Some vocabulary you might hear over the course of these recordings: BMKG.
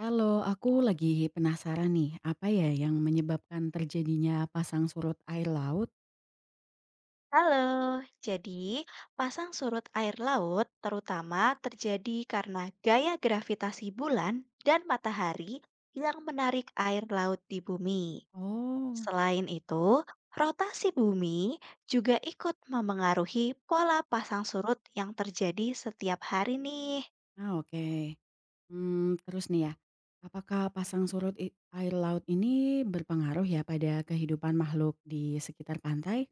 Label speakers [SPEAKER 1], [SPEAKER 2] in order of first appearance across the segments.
[SPEAKER 1] Halo, aku lagi penasaran nih, apa ya yang menyebabkan terjadinya pasang surut air laut?
[SPEAKER 2] Halo, jadi pasang surut air laut terutama terjadi karena gaya gravitasi bulan dan matahari yang menarik air laut di bumi.
[SPEAKER 1] Oh,
[SPEAKER 2] Selain itu, rotasi bumi juga ikut memengaruhi pola pasang surut yang terjadi setiap hari nih.
[SPEAKER 1] ah, oke. Hmm, terus nih ya, apakah pasang surut air laut ini berpengaruh ya pada kehidupan makhluk di sekitar pantai?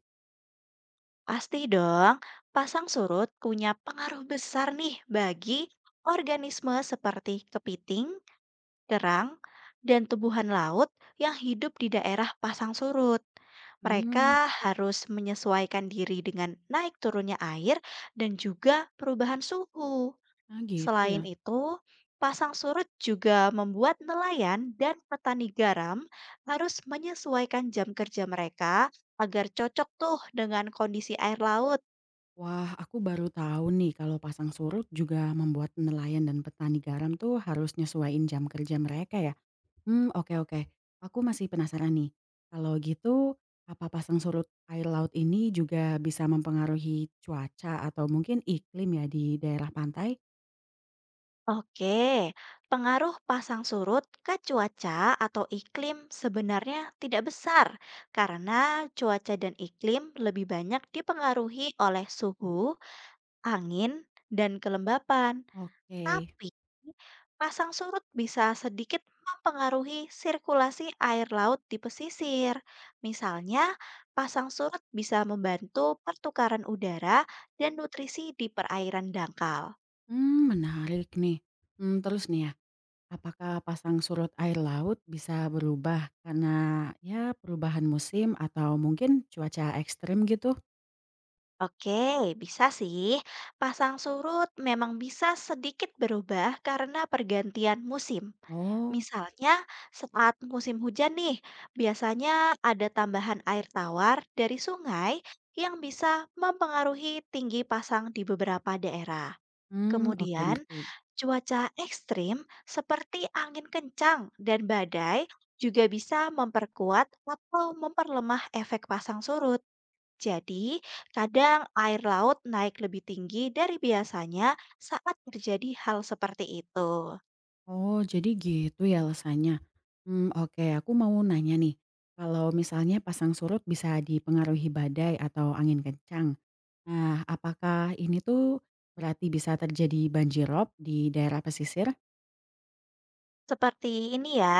[SPEAKER 2] Pasti dong, pasang surut punya pengaruh besar nih bagi organisme seperti kepiting terang, dan tumbuhan laut yang hidup di daerah pasang surut. Mereka
[SPEAKER 1] Hmm,
[SPEAKER 2] harus menyesuaikan diri dengan naik turunnya air dan juga perubahan suhu.
[SPEAKER 1] nah gitu ya.
[SPEAKER 2] Selain itu, pasang surut juga membuat nelayan dan petani garam harus menyesuaikan jam kerja mereka agar cocok tuh dengan kondisi air laut.
[SPEAKER 1] Wah, aku baru tahu nih kalau pasang surut juga membuat nelayan dan petani garam tuh harus nyesuaiin jam kerja mereka ya. Oke oke. Aku masih penasaran nih, kalau gitu apa pasang surut air laut ini juga bisa mempengaruhi cuaca atau mungkin iklim ya di daerah pantai?
[SPEAKER 2] Oke, pengaruh pasang surut ke cuaca atau iklim sebenarnya tidak besar karena cuaca dan iklim lebih banyak dipengaruhi oleh suhu, angin, dan kelembapan.
[SPEAKER 1] Oke,
[SPEAKER 2] Tapi, pasang surut bisa sedikit mempengaruhi sirkulasi air laut di pesisir. Misalnya, pasang surut bisa membantu pertukaran udara dan nutrisi di perairan dangkal.
[SPEAKER 1] menarik nih. Terus nih ya, apakah pasang surut air laut bisa berubah karena ya perubahan musim atau mungkin cuaca ekstrim gitu?
[SPEAKER 2] Oke, bisa sih. Pasang surut memang bisa sedikit berubah karena pergantian musim.
[SPEAKER 1] Oh,
[SPEAKER 2] Misalnya, saat musim hujan nih, biasanya ada tambahan air tawar dari sungai yang bisa mempengaruhi tinggi pasang di beberapa daerah.
[SPEAKER 1] oke
[SPEAKER 2] Kemudian,
[SPEAKER 1] ngerti.
[SPEAKER 2] cuaca ekstrim seperti angin kencang dan badai juga bisa memperkuat atau memperlemah efek pasang surut. Jadi, kadang air laut naik lebih tinggi dari biasanya saat terjadi hal seperti itu.
[SPEAKER 1] Oh, jadi gitu ya alasannya. Oke, aku mau nanya nih, kalau misalnya pasang surut bisa dipengaruhi badai atau angin kencang. Nah, apakah ini tuh berarti bisa terjadi banjir rob di daerah pesisir?
[SPEAKER 2] Seperti ini ya,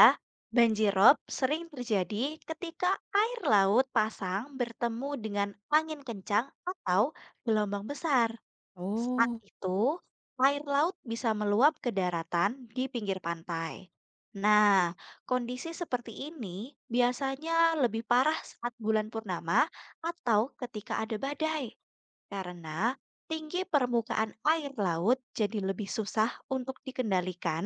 [SPEAKER 2] banjir rob sering terjadi ketika air laut pasang bertemu dengan angin kencang atau gelombang besar. Saat
[SPEAKER 1] Oh,
[SPEAKER 2] itu, air laut bisa meluap ke daratan di pinggir pantai. Nah, kondisi seperti ini biasanya lebih parah saat bulan purnama atau ketika ada badai. Karena tinggi permukaan air laut jadi lebih susah untuk dikendalikan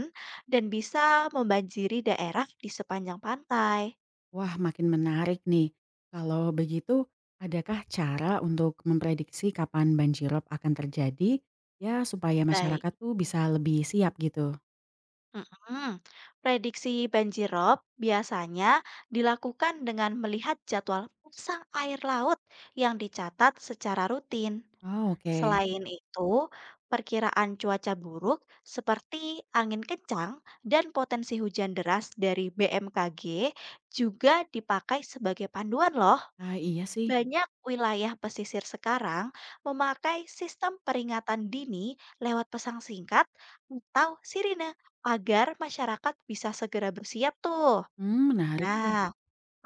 [SPEAKER 2] dan bisa membanjiri daerah di sepanjang pantai.
[SPEAKER 1] wah makin menarik nih. Kalau begitu, adakah cara untuk memprediksi kapan banjir rob akan terjadi, ya supaya
[SPEAKER 2] Baik.
[SPEAKER 1] masyarakat tuh bisa lebih siap gitu?
[SPEAKER 2] Mm-mm. Prediksi banjir rob biasanya dilakukan dengan melihat jadwal pasang air laut yang dicatat secara rutin.
[SPEAKER 1] Oh, oke.
[SPEAKER 2] Selain itu, perkiraan cuaca buruk seperti angin kencang dan potensi hujan deras dari BMKG juga dipakai sebagai panduan loh.
[SPEAKER 1] Ah, iya sih.
[SPEAKER 2] Banyak wilayah pesisir sekarang memakai sistem peringatan dini lewat pesan singkat atau sirine agar masyarakat bisa segera bersiap tuh.
[SPEAKER 1] Menarik tuh.
[SPEAKER 2] Nah,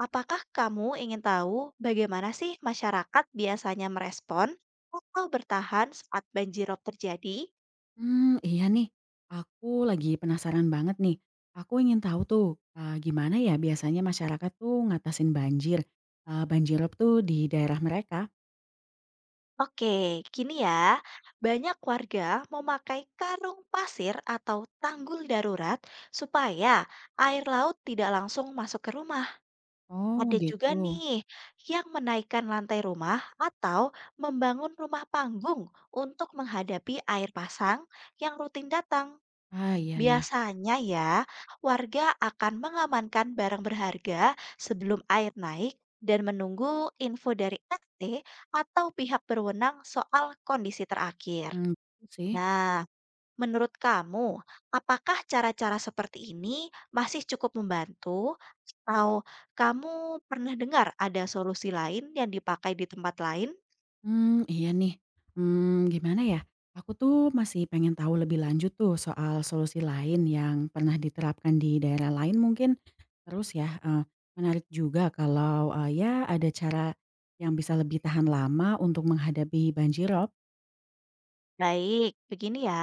[SPEAKER 2] apakah kamu ingin tahu bagaimana sih masyarakat biasanya merespon atau bertahan saat banjirop terjadi?
[SPEAKER 1] Hmm iya nih, aku lagi penasaran banget nih. Aku ingin tahu tuh, gimana ya biasanya masyarakat tuh ngatasin banjir, eh, banjir rob tuh di daerah mereka?
[SPEAKER 2] Oke, gini ya. Banyak warga memakai karung pasir atau tanggul darurat supaya air laut tidak langsung masuk ke rumah.
[SPEAKER 1] Oh
[SPEAKER 2] Ada juga
[SPEAKER 1] gitu.
[SPEAKER 2] nih yang menaikkan lantai rumah atau membangun rumah panggung untuk menghadapi air pasang yang rutin datang.
[SPEAKER 1] Ah, iya iya,
[SPEAKER 2] Biasanya ya, warga akan mengamankan barang berharga sebelum air naik dan menunggu info dari RT atau pihak berwenang soal kondisi terakhir.
[SPEAKER 1] Betul sih.
[SPEAKER 2] Nah, menurut kamu, apakah cara-cara seperti ini masih cukup membantu atau kamu pernah dengar ada solusi lain yang dipakai di tempat lain?
[SPEAKER 1] Iya nih, gimana ya, aku tuh masih pengen tahu lebih lanjut tuh soal solusi lain yang pernah diterapkan di daerah lain mungkin. Terus ya, menarik juga kalau, ya ada cara yang bisa lebih tahan lama untuk menghadapi banjirop.
[SPEAKER 2] Baik, begini ya.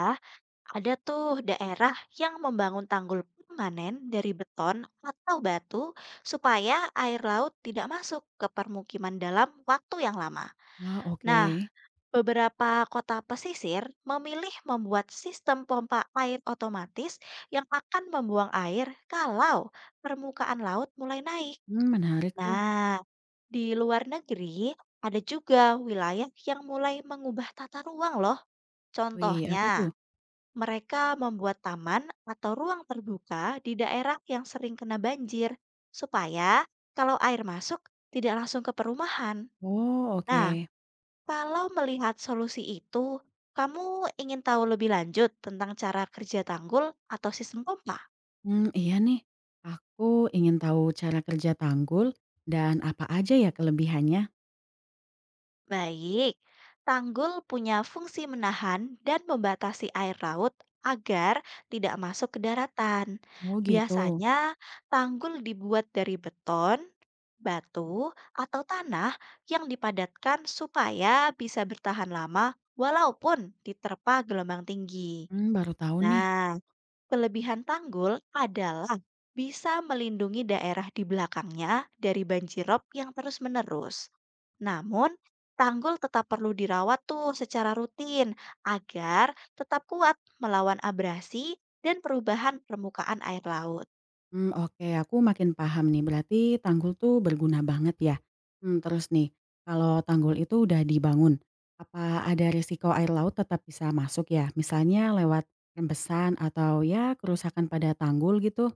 [SPEAKER 2] Ada tuh daerah yang membangun tanggul permanen dari beton atau batu supaya air laut tidak masuk ke permukiman dalam waktu yang lama.
[SPEAKER 1] Wah, oke.
[SPEAKER 2] Nah, beberapa kota pesisir memilih membuat sistem pompa air otomatis yang akan membuang air kalau permukaan laut mulai naik.
[SPEAKER 1] Menarik tuh.
[SPEAKER 2] Nah, di luar negeri ada juga wilayah yang mulai mengubah tata ruang loh.
[SPEAKER 1] Wih,
[SPEAKER 2] Contohnya,
[SPEAKER 1] apa tuh?
[SPEAKER 2] mereka membuat taman atau ruang terbuka di daerah yang sering kena banjir, supaya kalau air masuk tidak langsung ke perumahan.
[SPEAKER 1] Oh, oke.
[SPEAKER 2] Nah, kalau melihat solusi itu, kamu ingin tahu lebih lanjut tentang cara kerja tanggul atau sistem pompa?
[SPEAKER 1] Iya nih, aku ingin tahu cara kerja tanggul dan apa aja ya kelebihannya?
[SPEAKER 2] Baik, tanggul punya fungsi menahan dan membatasi air laut agar tidak masuk ke daratan.
[SPEAKER 1] Oh, gitu.
[SPEAKER 2] Biasanya, tanggul dibuat dari beton, batu, atau tanah yang dipadatkan supaya bisa bertahan lama walaupun diterpa gelombang tinggi.
[SPEAKER 1] Baru tahu nih.
[SPEAKER 2] Nah, kelebihan tanggul adalah bisa melindungi daerah di belakangnya dari banjir rob yang terus-menerus. Namun, tanggul tetap perlu dirawat tuh secara rutin agar tetap kuat melawan abrasi dan perubahan permukaan air laut.
[SPEAKER 1] Oke, aku makin paham nih, berarti tanggul tuh berguna banget ya? Terus nih, kalau tanggul itu udah dibangun, apa ada risiko air laut tetap bisa masuk ya? Misalnya lewat rembesan atau ya kerusakan pada tanggul gitu?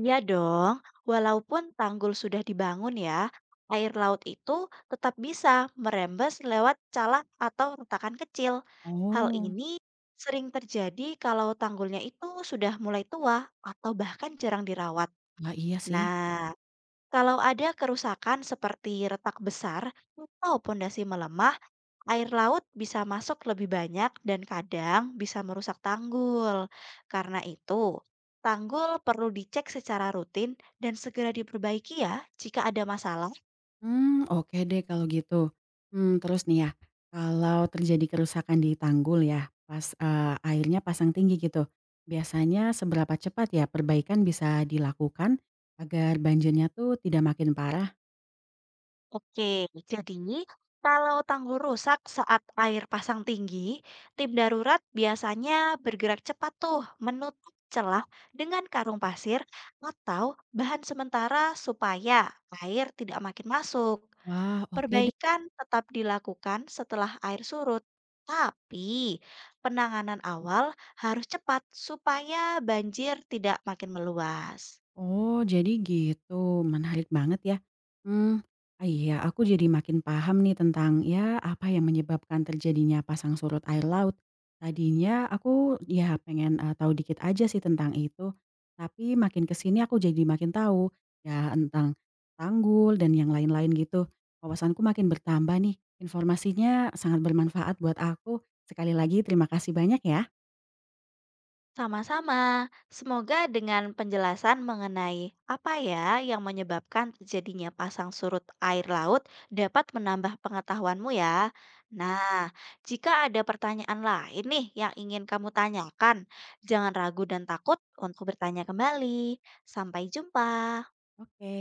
[SPEAKER 2] Iya dong, walaupun tanggul sudah dibangun ya, air laut itu tetap bisa merembes lewat calak atau retakan kecil. Hal
[SPEAKER 1] Oh,
[SPEAKER 2] ini sering terjadi kalau tanggulnya itu sudah mulai tua atau bahkan jarang dirawat.
[SPEAKER 1] wah iya sih.
[SPEAKER 2] Nah, kalau ada kerusakan seperti retak besar atau pondasi melemah, air laut bisa masuk lebih banyak dan kadang bisa merusak tanggul. Karena itu, tanggul perlu dicek secara rutin dan segera diperbaiki ya jika ada masalah.
[SPEAKER 1] Oke deh kalau gitu. Terus nih ya, kalau terjadi kerusakan di tanggul ya pas, airnya pasang tinggi gitu, biasanya seberapa cepat ya perbaikan bisa dilakukan agar banjirnya tuh tidak makin parah?
[SPEAKER 2] Oke, jadi kalau tanggul rusak saat air pasang tinggi, tim darurat biasanya bergerak cepat tuh menutup celah dengan karung pasir atau bahan sementara supaya air tidak makin masuk.
[SPEAKER 1] Wah, oke deh.
[SPEAKER 2] Perbaikan tetap dilakukan setelah air surut, tapi penanganan awal harus cepat supaya banjir tidak makin meluas.
[SPEAKER 1] Oh, jadi gitu. Menarik banget ya. Hmm, ah, iya, aku jadi makin paham nih tentang, ya, apa yang menyebabkan terjadinya pasang surut air laut. Tadinya aku, ya, pengen, tahu dikit aja sih tentang itu, tapi makin ke sini aku jadi makin tahu, ya, tentang tanggul dan yang lain-lain gitu. Wawasanku makin bertambah nih. Informasinya sangat bermanfaat buat aku. Sekali lagi terima kasih banyak ya.
[SPEAKER 2] Sama-sama, semoga dengan penjelasan mengenai apa ya yang menyebabkan terjadinya pasang surut air laut dapat menambah pengetahuanmu ya. Nah, jika ada pertanyaan lain nih yang ingin kamu tanyakan, jangan ragu dan takut untuk bertanya kembali. Sampai jumpa.
[SPEAKER 1] Oke.